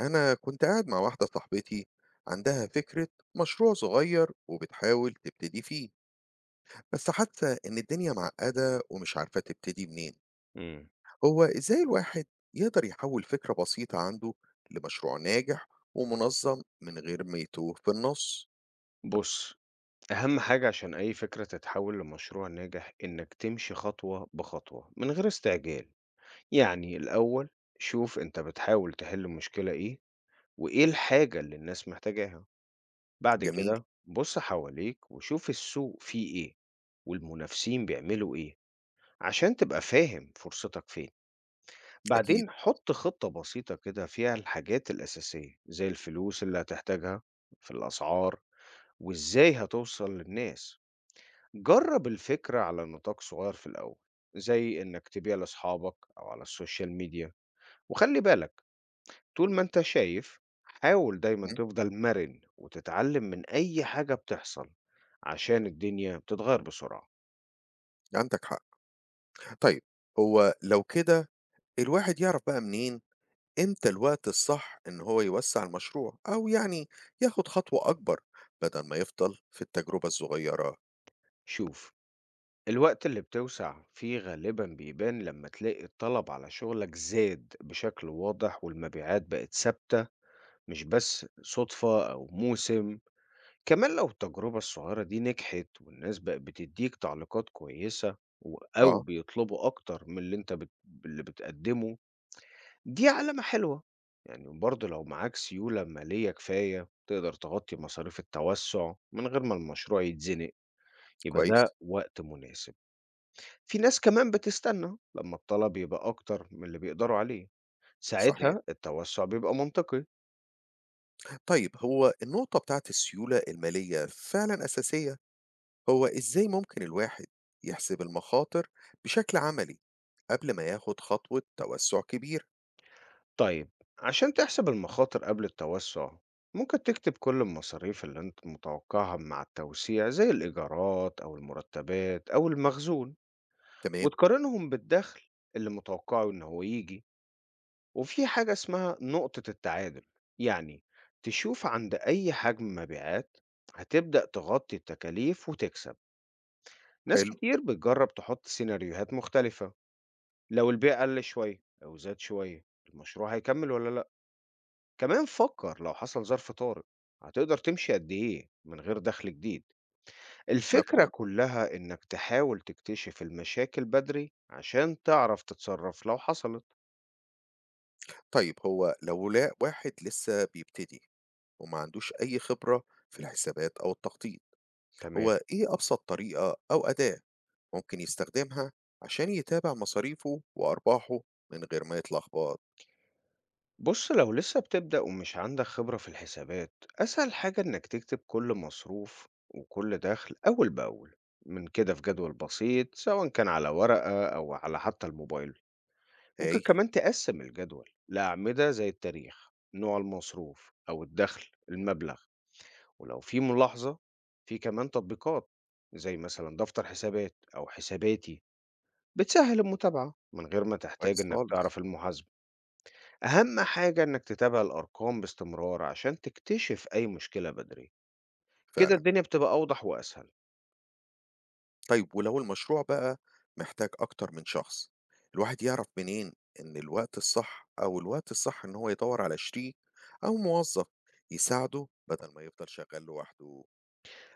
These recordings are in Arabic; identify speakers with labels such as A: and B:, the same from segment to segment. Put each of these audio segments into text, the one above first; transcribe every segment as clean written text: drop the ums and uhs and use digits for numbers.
A: أنا كنت قاعد مع واحدة صاحبتي عندها فكرة مشروع صغير وبتحاول تبتدي فيه، بس حاسة إن الدنيا معقدة ومش عارفة تبتدي منين.
B: إمم.
A: هو إزاي الواحد يقدر يحول فكرة بسيطة عنده لمشروع ناجح ومنظم من غير ما يتوه في النص؟
B: بُص، أهم حاجة عشان أي فكرة تتحوّل لمشروع ناجح إنّك تمشي خطوة بخطوة من غير استعجال. يعني الأول شوف أنت بتحاول تحِل مشكلة إيه، وإيه الحاجة اللي الناس محتاجاها. بعد
A: جميل.
B: كده بُص حواليك وشوف السوق فيه إيه والمنافسين بيعملوا إيه عشان تبقى فاهم فرصتك فين.
A: أكيد.
B: بعدين حُط خطة بسيطة كده فيها الحاجات الأساسية زي الفلوس اللي هتحتاجها في الأسعار، وإزاي هتوصل للناس. جرب الفكرة على نطاق صغير في الأول، زي إنك تبيع لأصحابك أو على السوشيال ميديا، وخلي بالك طول ما أنت شايف حاول دايما
A: مم،
B: تفضل مرن وتتعلم من أي حاجة بتحصل، عشان الدنيا بتتغير بسرعة.
A: عندك حق. طيب، هو لو كده الواحد يعرف بقى منين إمتى الوقت الصح إن هو يوسّع المشروع أو يعني ياخد خطوة أكبر بدل ما يفضل في التجربة الصغيّرة؟
B: شوف، الوقت اللي بتوسع فيه غالبا بيبان لما تلاقي الطلب على شغلك زاد بشكل واضح والمبيعات بقت ثابتة، مش بس صدفة أو موسم. كمان لو التجربة الصغيرة دي نجحت والناس بقت بتديك تعليقات كويسة أو
A: آه،
B: بيطلبوا أكتر من اللي اللي بتقدمه، دي علامة حلوة. يعني برضه لو معاك سيولة مالية كفاية تقدر تغطي مصاريف التوسع من غير ما المشروع يتزنق، يبقى
A: كويس،
B: ده وقت مناسب. في ناس كمان بتستنى لما الطلب يبقى أكتر من اللي بيقدروا عليه،
A: صحيح.
B: ساعتها التوسع بيبقى منطقي.
A: طيب، هو النقطة بتاعة السيولة المالية فعلًا أساسية، هو إزاي ممكن الواحد يحسب المخاطر بشكل عملي قبل ما ياخد خطوة توسُّع كبيرة؟
B: طيب، عشان تحسب المخاطر قبل التوسع ممكن تكتب كل المصاريف اللي انت متوقعها مع التوسيع زي الإيجارات أو المرتبات أو المخزون،
A: تمام،
B: وتقارنهم بالدخل اللي متوقعه إن هو يجي. وفي حاجة اسمها نقطة التعادل، يعني تشوف عند أي حجم مبيعات هتبدأ تغطي التكاليف وتكسب. ناس
A: حلو،
B: كتير بتجرب تحط سيناريوهات مختلفة، لو البيع قل شوية أو زاد شوية المشروع هيكمل ولا لأ. كمان فكر لو حصل ظرف طارئ هتقدر تمشي قد إيه من غير دخل جديد. الفكرة
A: مفهوم.
B: كلها إنك تحاول تكتشف المشاكل بدري عشان تعرف تتصرف لو حصلت.
A: طيب، هو لو لا واحد لسه بيبتدي وما عندوش أي خبرة في الحسابات أو التخطيط،
B: تمام.
A: هو إيه أبسط طريقة أو أداة ممكن يستخدمها عشان يتابع مصاريفه وأرباحه من غير ما يتلخبط؟
B: بص، لو لسه بتبدأ ومش عندك خبرة في الحسابات، أسهل حاجة إنك تكتب كل مصروف وكل دخل أول بأول من كده في جدول بسيط سواء كان على ورقة أو على حتى الموبايل. ممكن
A: هايل.
B: كمان تقسم الجدول لأعمدة زي التاريخ، نوع المصروف أو الدخل، المبلغ، ولو في ملاحظة. في كمان تطبيقات زي مثلا دفتر حسابات أو حساباتي بتسهل المتابعة من غير ما تحتاج
A: كويس
B: إنك
A: خالص.
B: تعرف المحاسبة. أهم حاجة إنك تتابع الأرقام باستمرار عشان تكتشف أي مشكلة بدري، كده
A: فعلا.
B: الدنيا بتبقى أوضح وأسهل.
A: طيب ولو المشروع بقى محتاج أكتر من شخص، الواحد يعرف منين إن الوقت الصح أو الوقت الصح إن هو يدور على شريك أو موظف يساعده بدل ما يفضل شغال لوحده؟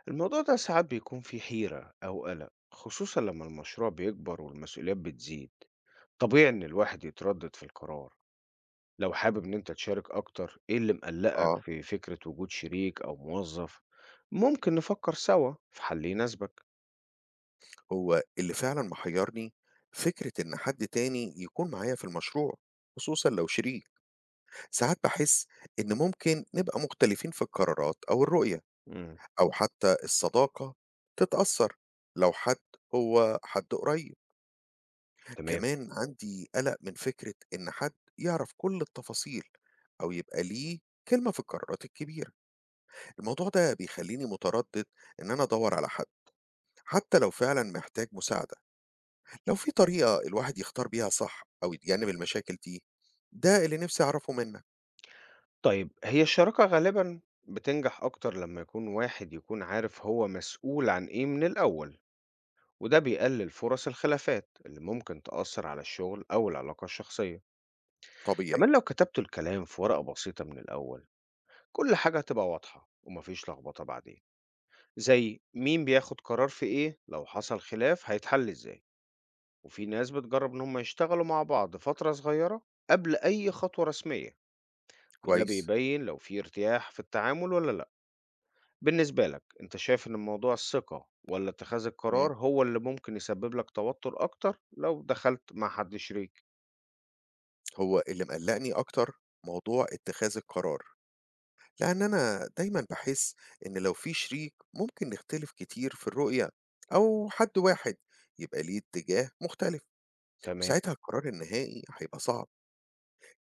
B: الموضوع ده ساعات بيكون فيه حيرة أو قلق، خصوصا لما المشروع بيكبر والمسؤوليات بتزيد. طبيعي إن الواحد يتردد في القرار. لو حابب إن أنت تشارك أكتر، إيه اللي مقلقك
A: آه،
B: في فكرة وجود شريك أو موظف؟ ممكن نفكر سوا في حل يناسبك.
A: هو اللي فعلا محيرني فكرة إن حد تاني يكون معايا في المشروع، خصوصا لو شريك. ساعات باحس إن ممكن نبقى مختلفين في القرارات أو الرؤية،
B: مم.
A: أو حتى الصداقة تتأثّر لو حد هو حد قريب.
B: تمام.
A: كمان عندي قلق من فكرة إن حد يعرف كل التفاصيل أو يبقى ليه كلمة في القرارات الكبيرة. الموضوع ده بيخلّيني متردد إن أنا أدوّر على حد، حتى لو فعلًا محتاج مساعدة. لو في طريقة الواحد يختار بيها صح أو يتجنّب المشاكل دي، ده اللي نِفْسي أعرفه منّك.
B: طيب، هي الشراكة غالبا بتنجح أكتر لما يكون واحد يكون عارف هو مسؤول عن إيه من الأول، وده بيقلل فرص الخلافات اللي ممكن تأثر على الشغل أو العلاقة الشخصية.
A: طبيعي،
B: كمان لو كتبت الكلام في ورقة بسيطة من الأول، كل حاجة هتبقى واضحة ومفيش لخبطة بعدين، زي مين بياخد قرار في ايه، لو حصل خلاف هيتحل ازاي. وفي ناس بتجرب إن هم يشتغلوا مع بعض فترة صغيرة قبل أي خطوة رسمية، وده
A: كويس.
B: بيبين لو في ارتياح في التعامل ولا لأ. بالنسبة لك، أنت شايف إن موضوع الثقة ولا اتخاذ
A: إمم،
B: القرار هو اللي ممكن يسبب لك توتر أكتر لو دخلت مع حد شريك؟
A: هو اللي مقلقني أكتر موضوع اتخاذ القرار، لأن أنا دايمًا باحس إن لو في شريك ممكن نختلف كتير في الرؤية، أو حد واحد يبقى ليه اتجاه مختلف،
B: تمام.
A: وساعتها القرار النهائي هيبقى صعب.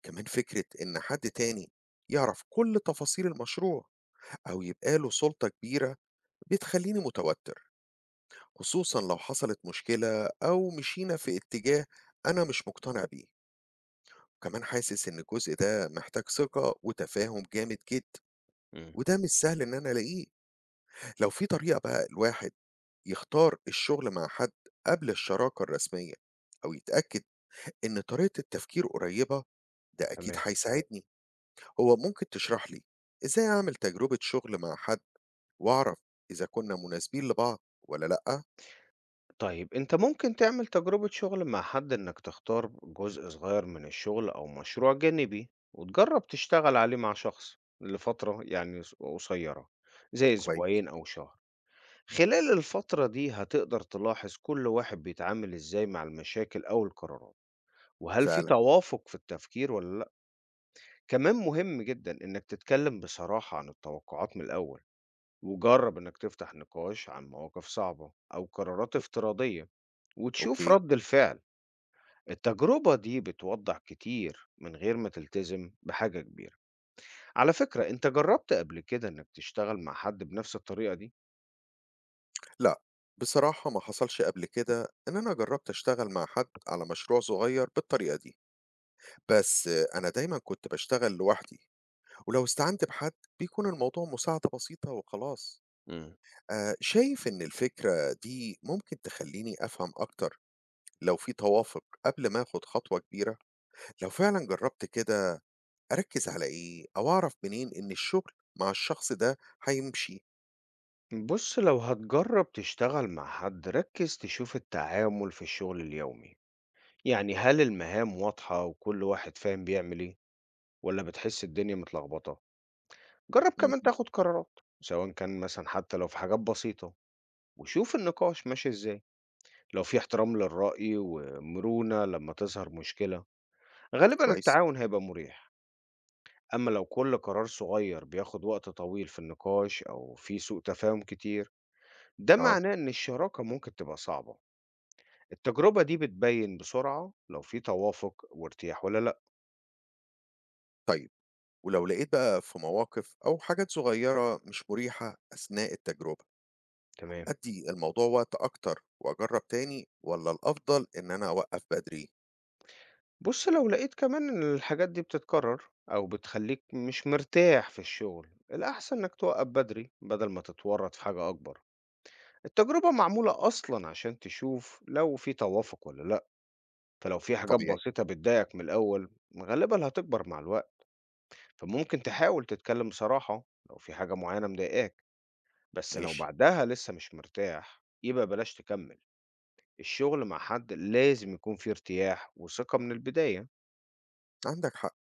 A: كمان فكرة إن حد تاني يعرف كل تفاصيل المشروع أو يبقى له سلطة كبيرة بتخليني متوتر، خصوصًا لو حصلت مشكلة أو مشينا في اتجاه أنا مش مقتنع بيه، وكمان حاسس إن الجزء ده محتاج ثقة وتفاهم جامد جدًا.
B: مم.
A: وده مش سهل إن أنا ألاقيه. لو في طريقة بقى الواحد يختار الشغل مع حد قبل الشراكة الرسمية، أو يتأكد إن طريقة التفكير قريبة، ده أكيد
B: تمام.
A: هيساعدني. هو ممكن تشرح لي إزاي أعمل تجربة شغل مع حد وأعرف إذا كنا مناسبين لبعض ولا لأ؟
B: طيب، أنت ممكن تعمل تجربة شغل مع حد إنك تختار جزء صغير من الشغل أو مشروع جانبي وتجرب تشتغل عليه مع شخص لفترة يعني قصيرة، زي
A: كويس،
B: أسبوعين أو شهر. خلال الفترة دي هتقدر تلاحظ كل واحد بيتعامل إزاي مع المشاكل أو القرارات، وهل في
A: فعلًا،
B: توافق في التفكير ولا لأ. كمان مهم جدا إنك تتكلم بصراحة عن التوقعات من الأول، وجرب إنك تفتح نقاش عن مواقف صعبة أو قرارات افتراضية وتشوف
A: أوكي،
B: رد الفعل. التجربة دي بتوضح كتير من غير ما تلتزم بحاجة كبيرة. على فكرة، أنت جربت قبل كده إنك تشتغل مع حد بنفس الطريقة دي؟
A: لأ. بصراحة ما حصلش قبل كده إن أنا جربت أشتغل مع حد على مشروع صغير بالطريقة دي، بس أنا دايمًا كنت باشتغل لوحدي، ولو استعنت بحد بيكون الموضوع مساعدة بسيطة وخلاص.
B: مم.
A: آه، شايف إن الفكرة دي ممكن تخليني أفهم أكتر لو في توافق قبل ما أخد خطوة كبيرة. لو فعلا جربت كده أركز على إيه أو أعرف منين إن الشغل مع الشخص ده هيمشي؟
B: بص، لو هتجرب تشتغل مع حد ركز تشوف التعامل في الشغل اليومي، يعني هل المهام واضحة وكل واحد فاهم بيعمل ايه، ولا بتحس الدنيا متلخبطة. جرب
A: مم،
B: كمان تاخد قرارات سواء كان مثلا حتى لو في حاجات بسيطة، وشوف النقاش ماشي ازاي. لو في احترام للرأي ومرونة لما تظهر مشكلة، غالبا
A: كويس،
B: التعاون هيبقى مريح. أما لو كل قرار صغير بياخد وقت طويل في النقاش أو في سوء تفاهم كتير، ده
A: أه.
B: معناه إن الشراكة ممكن تبقى صعبة. التجربة دي بتبين بسرعة لو في توافق وارتياح ولا لأ.
A: طيب ولو لقيت بقى في مواقف أو حاجات صغيرة مش مريحة أثناء التجربة،
B: تمام.
A: أدي الموضوع وقت أكتر وأجرب تاني ولا الأفضل إن أنا أوقف بدري؟
B: بص، لو لقيت كمان إن الحاجات دي بتتكرر أو بتخليك مش مرتاح في الشغل، الأحسن إنك توقف بدري بدل ما تتورط في حاجة أكبر. التجربة معمولة أصلا عشان تشوف لو في توافق ولا لأ، فلو في حاجات
A: طبيعي،
B: بسيطة بتضايقك من الأول غالبا هتكبر مع الوقت. فممكن تحاول تتكلم بصراحة لو في حاجة معينة مضايقاك، بس لو
A: ماشي،
B: بعدها لسه مش مرتاح يبقى بلاش تكمل. الشغل مع حد لازم يكون فيه ارتياح وثقة من البداية.
A: عندك حق.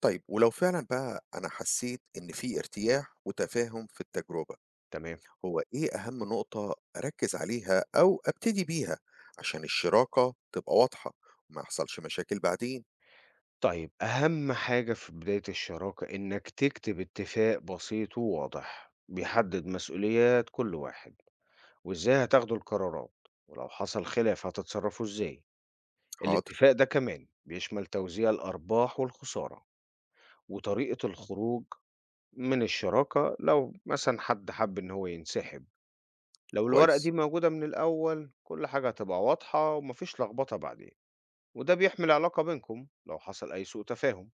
A: طيب ولو فعلًا بقى أنا حسّيت إن في ارتياح وتفاهم في التجربة،
B: تمام.
A: هو إيه أهم نقطة أركّز عليها أو أبتدي بيها عشان الشراكة تبقى واضحة وما يحصلش مشاكل بعدين؟
B: طيب، أهم حاجة في بداية الشراكة إنك تكتب اتفاق بسيط وواضح بيحدد مسؤوليات كل واحد، وإزاي هتاخدوا القرارات، ولو حصل خلاف هتتصرفوا إزاي.
A: حاضر،
B: الاتفاق ده كمان بيشمل توزيع الأرباح والخسارة، وطريقة الخروج من الشراكة لو مثلا حد حب إن هو ينسحب. لو الورقة
A: كويس.
B: دي موجودة من الأول كل حاجة هتبقى واضحة ومفيش لخبطة بعدين، وده بيحمي العلاقة بينكم لو حصل أي سوء تفاهم.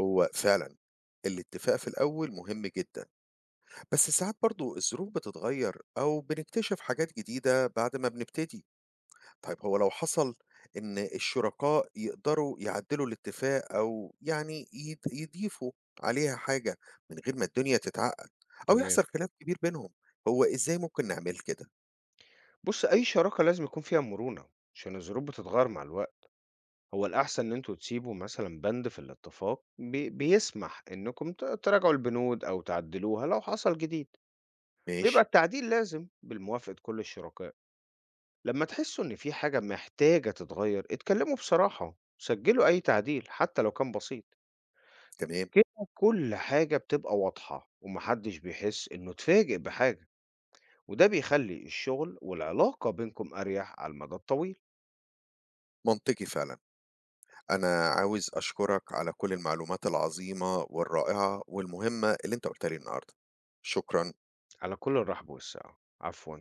A: هو فعلًا الاتفاق في الأول مهم جدًا، بس ساعات برضه الظروف بتتغيّر أو بنكتشف حاجات جديدة بعد ما بنبتدي. طيب هو لو حصل إن الشركاء يقدروا يعدّلوا الاتفاق أو يعني يضيفوا عليها حاجة من غير ما الدنيا تتعقّد أو
B: تمام.
A: يحصل خلاف كبير بينهم، هو إزاي ممكن نعمل كده؟
B: بص، أي شراكة لازم يكون فيها مرونة عشان الظروف بتتغير مع الوقت. هو الأحسن إن أنتوا تسيبوا مثلا بند في الاتفاق بيسمح إنكم تراجعوا البنود أو تعدلوها لو حصل جديد،
A: ماشي،
B: ويبقى التعديل لازم بالموافقة كل الشركاء. لما تحسوا إن في حاجة محتاجة تتغير اتكلموا بصراحة، سجلوا أي تعديل حتى لو كان بسيط.
A: تمام،
B: كده كل حاجة بتبقى واضحة ومحدش بيحس إنه اتفاجئ بحاجة، وده بيخلي الشغل والعلاقة بينكم أريح على المدى الطويل.
A: منطقي فعلًا. أنا عاوز أشكرك على كل المعلومات العظيمة والرائعة والمهمة اللي أنت قُلتها لي النهارده. شكرًا.
B: على كل الرحب والسعة، عفوا.